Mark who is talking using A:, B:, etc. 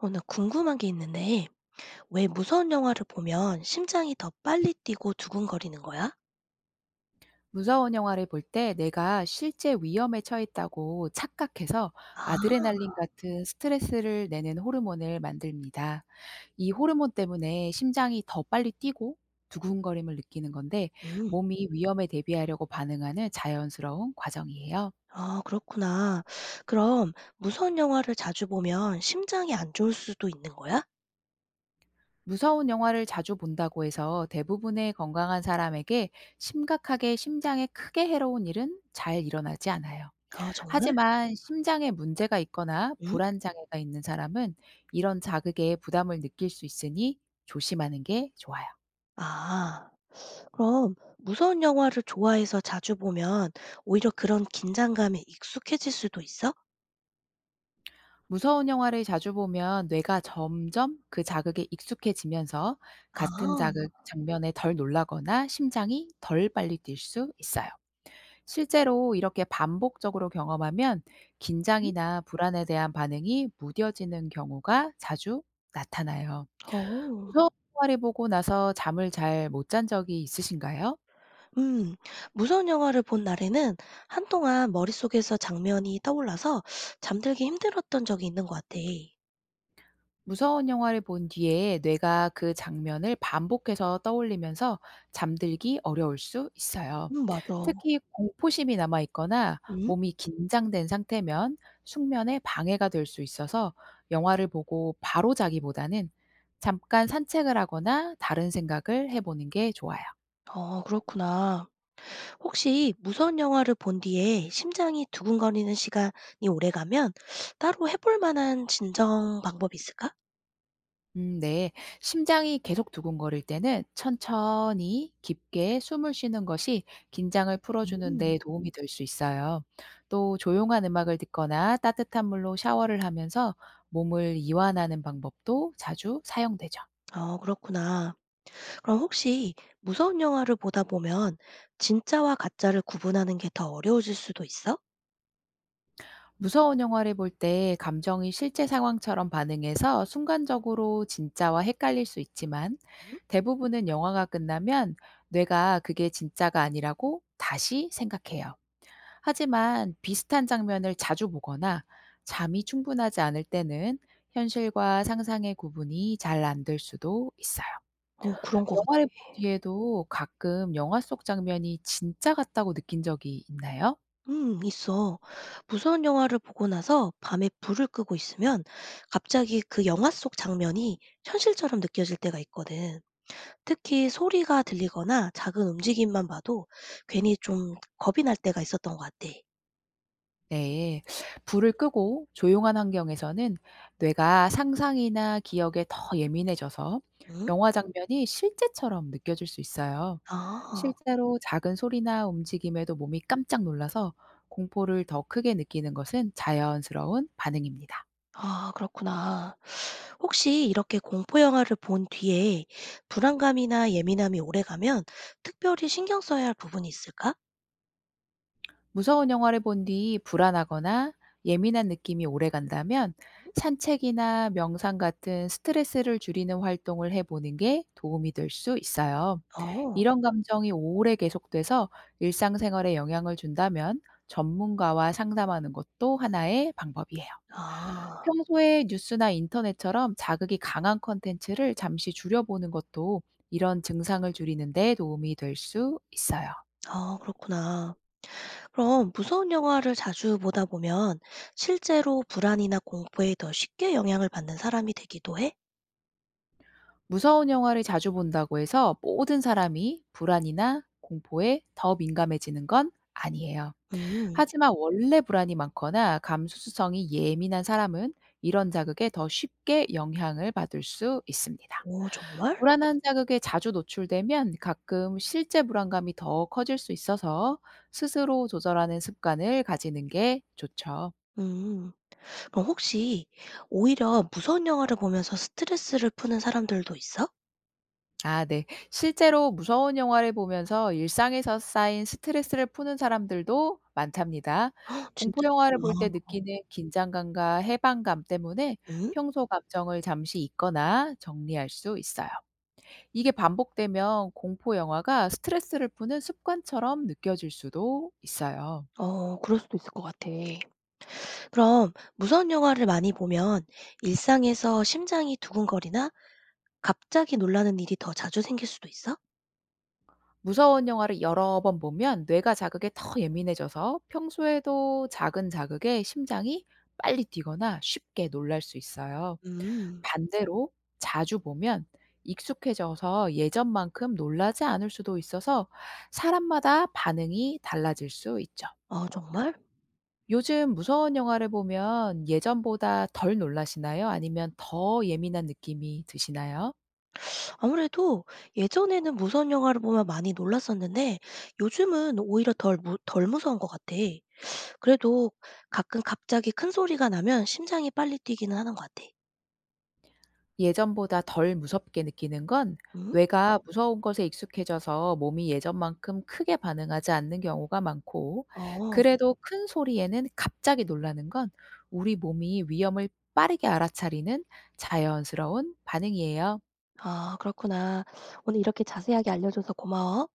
A: 어, 나 궁금한 게 있는데, 왜 무서운 영화를 보면 심장이 더 빨리 뛰고 두근거리는 거야?
B: 무서운 영화를 볼 때 내가 실제 위험에 처했다고 착각해서
A: 아,
B: 아드레날린 같은 스트레스를 내는 호르몬을 만듭니다. 이 호르몬 때문에 심장이 더 빨리 뛰고 두근거림을 느끼는 건데,
A: 음.
B: 몸이 위험에 대비하려고 반응하는 자연스러운 과정이에요.
A: 아, 그렇구나. 그럼 무서운 영화를 자주 보면 심장이 안 좋을 수도 있는 거야?
B: 무서운 영화를 자주 본다고 해서 대부분의 건강한 사람에게 심각하게 심장에 크게 해로운 일은 잘 일어나지 않아요.
A: 아, 정말?
B: 하지만 심장에 문제가 있거나
A: 응?
B: 불안 장애가 있는 사람은 이런 자극에 부담을 느낄 수 있으니 조심하는 게 좋아요.
A: 아, 그럼 무서운 영화를 좋아해서 자주 보면 오히려 그런 긴장감에 익숙해질 수도 있어?
B: 무서운 영화를 자주 보면 뇌가 점점 그 자극에 익숙해지면서
A: 아,
B: 같은 자극 장면에 덜 놀라거나 심장이 덜 빨리 뛸 수 있어요. 실제로 이렇게 반복적으로 경험하면
A: 음?
B: 긴장이나 불안에 대한 반응이 무뎌지는 경우가 자주 나타나요.
A: 어.
B: 무서운 영화를 보고 나서 잠을 잘 못 잔 적이 있으신가요?
A: 음, 무서운 영화를 본 날에는 한동안 머릿속에서 장면이 떠올라서 잠들기 힘들었던 적이 있는 것 같아.
B: 무서운 영화를 본 뒤에 뇌가 그 장면을 반복해서 떠올리면서 잠들기 어려울 수 있어요.
A: 맞아.
B: 특히 공포심이 남아 있거나
A: 음?
B: 몸이 긴장된 상태면 숙면에 방해가 될 수 있어서, 영화를 보고 바로 자기보다는 잠깐 산책을 하거나 다른 생각을 해 보는 게 좋아요.
A: 어, 그렇구나. 혹시 무서운 영화를 본 뒤에 심장이 두근거리는 시간이 오래가면 따로 해볼 만한 진정 방법이 있을까?
B: 음, 네. 심장이 계속 두근거릴 때는 천천히 깊게 숨을 쉬는 것이 긴장을 풀어주는
A: 음.
B: 데 도움이 될 수 있어요. 또 조용한 음악을 듣거나 따뜻한 물로 샤워를 하면서 몸을 이완하는 방법도 자주 사용되죠.
A: 어, 그렇구나. 그럼 혹시 무서운 영화를 보다 보면 진짜와 가짜를 구분하는 게 더 어려워질 수도 있어?
B: 무서운 영화를 볼 때 감정이 실제 상황처럼 반응해서 순간적으로 진짜와 헷갈릴 수 있지만,
A: 음?
B: 대부분은 영화가 끝나면 뇌가 그게 진짜가 아니라고 다시 생각해요. 하지만 비슷한 장면을 자주 보거나 잠이 충분하지 않을 때는 현실과 상상의 구분이 잘 안될 수도 있어요.
A: 어, 그런 것 같아.
B: 영화를 본 뒤에도 가끔 영화 속 장면이 진짜 같다고 느낀 적이 있나요?
A: 음, 있어. 무서운 영화를 보고 나서 밤에 불을 끄고 있으면 갑자기 그 영화 속 장면이 현실처럼 느껴질 때가 있거든. 특히 소리가 들리거나 작은 움직임만 봐도 괜히 좀 겁이 날 때가 있었던 것 같아.
B: 네. 불을 끄고 조용한 환경에서는 뇌가 상상이나 기억에 더 예민해져서
A: 응?
B: 영화 장면이 실제처럼 느껴질 수 있어요.
A: 아.
B: 실제로 작은 소리나 움직임에도 몸이 깜짝 놀라서 공포를 더 크게 느끼는 것은 자연스러운 반응입니다.
A: 아, 그렇구나. 혹시 이렇게 공포 영화를 본 뒤에 불안감이나 예민함이 오래가면 특별히 신경 써야 할 부분이 있을까?
B: 무서운 영화를 본 뒤 불안하거나 예민한 느낌이 오래 간다면, 산책이나 명상 같은 스트레스를 줄이는 활동을 해보는 게 도움이 될 수 있어요.
A: 어.
B: 이런 감정이 오래 계속돼서 일상생활에 영향을 준다면, 전문가와 상담하는 것도 하나의 방법이에요.
A: 아.
B: 평소에 뉴스나 인터넷처럼 자극이 강한 컨텐츠를 잠시 줄여보는 것도 이런 증상을 줄이는 데 도움이 될 수 있어요.
A: 아, 그렇구나. 그럼 무서운 영화를 자주 보다 보면 실제로 불안이나 공포에 더 쉽게 영향을 받는 사람이 되기도 해?
B: 무서운 영화를 자주 본다고 해서 모든 사람이 불안이나 공포에 더 민감해지는 건 아니에요.
A: 음.
B: 하지만 원래 불안이 많거나 감수성이 예민한 사람은 이런 자극에 더 쉽게 영향을 받을 수 있습니다.
A: 오, 정말?
B: 불안한 자극에 자주 노출되면 가끔 실제 불안감이 더 커질 수 있어서, 스스로 조절하는 습관을 가지는 게 좋죠.
A: 음. 그럼 혹시 오히려 무서운 영화를 보면서 스트레스를 푸는 사람들도 있어?
B: 아, 네. 실제로 무서운 영화를 보면서 일상에서 쌓인 스트레스를 푸는 사람들도 많답니다.
A: 헉,
B: 공포
A: 진짜
B: 영화를
A: 있구나.
B: 볼 때 느끼는 긴장감과 해방감 때문에
A: 음.
B: 평소 감정을 잠시 잊거나 정리할 수 있어요. 이게 반복되면 공포 영화가 스트레스를 푸는 습관처럼 느껴질 수도 있어요.
A: 어, 그럴 수도 있을 것 같아. 그럼 무서운 영화를 많이 보면 일상에서 심장이 두근거리나 갑자기 놀라는 일이 더 자주 생길 수도 있어?
B: 무서운 영화를 여러 번 보면 뇌가 자극에 더 예민해져서 평소에도 작은 자극에 심장이 빨리 뛰거나 쉽게 놀랄 수 있어요.
A: 음.
B: 반대로 자주 보면 익숙해져서 예전만큼 놀라지 않을 수도 있어서, 사람마다 반응이 달라질 수 있죠.
A: 아, 정말?
B: 요즘 무서운 영화를 보면 예전보다 덜 놀라시나요? 아니면 더 예민한 느낌이 드시나요?
A: 아무래도 예전에는 무서운 영화를 보면 많이 놀랐었는데 요즘은 오히려 덜 무서운 것 같아. 그래도 가끔 갑자기 큰 소리가 나면 심장이 빨리 뛰기는 하는 것 같아.
B: 예전보다 덜 무섭게 느끼는 건
A: 음?
B: 뇌가 무서운 것에 익숙해져서 몸이 예전만큼 크게 반응하지 않는 경우가 많고,
A: 어.
B: 그래도 큰 소리에는 갑자기 놀라는 건 우리 몸이 위험을 빠르게 알아차리는 자연스러운 반응이에요.
A: 아, 그렇구나. 오늘 이렇게 자세하게 알려줘서 고마워.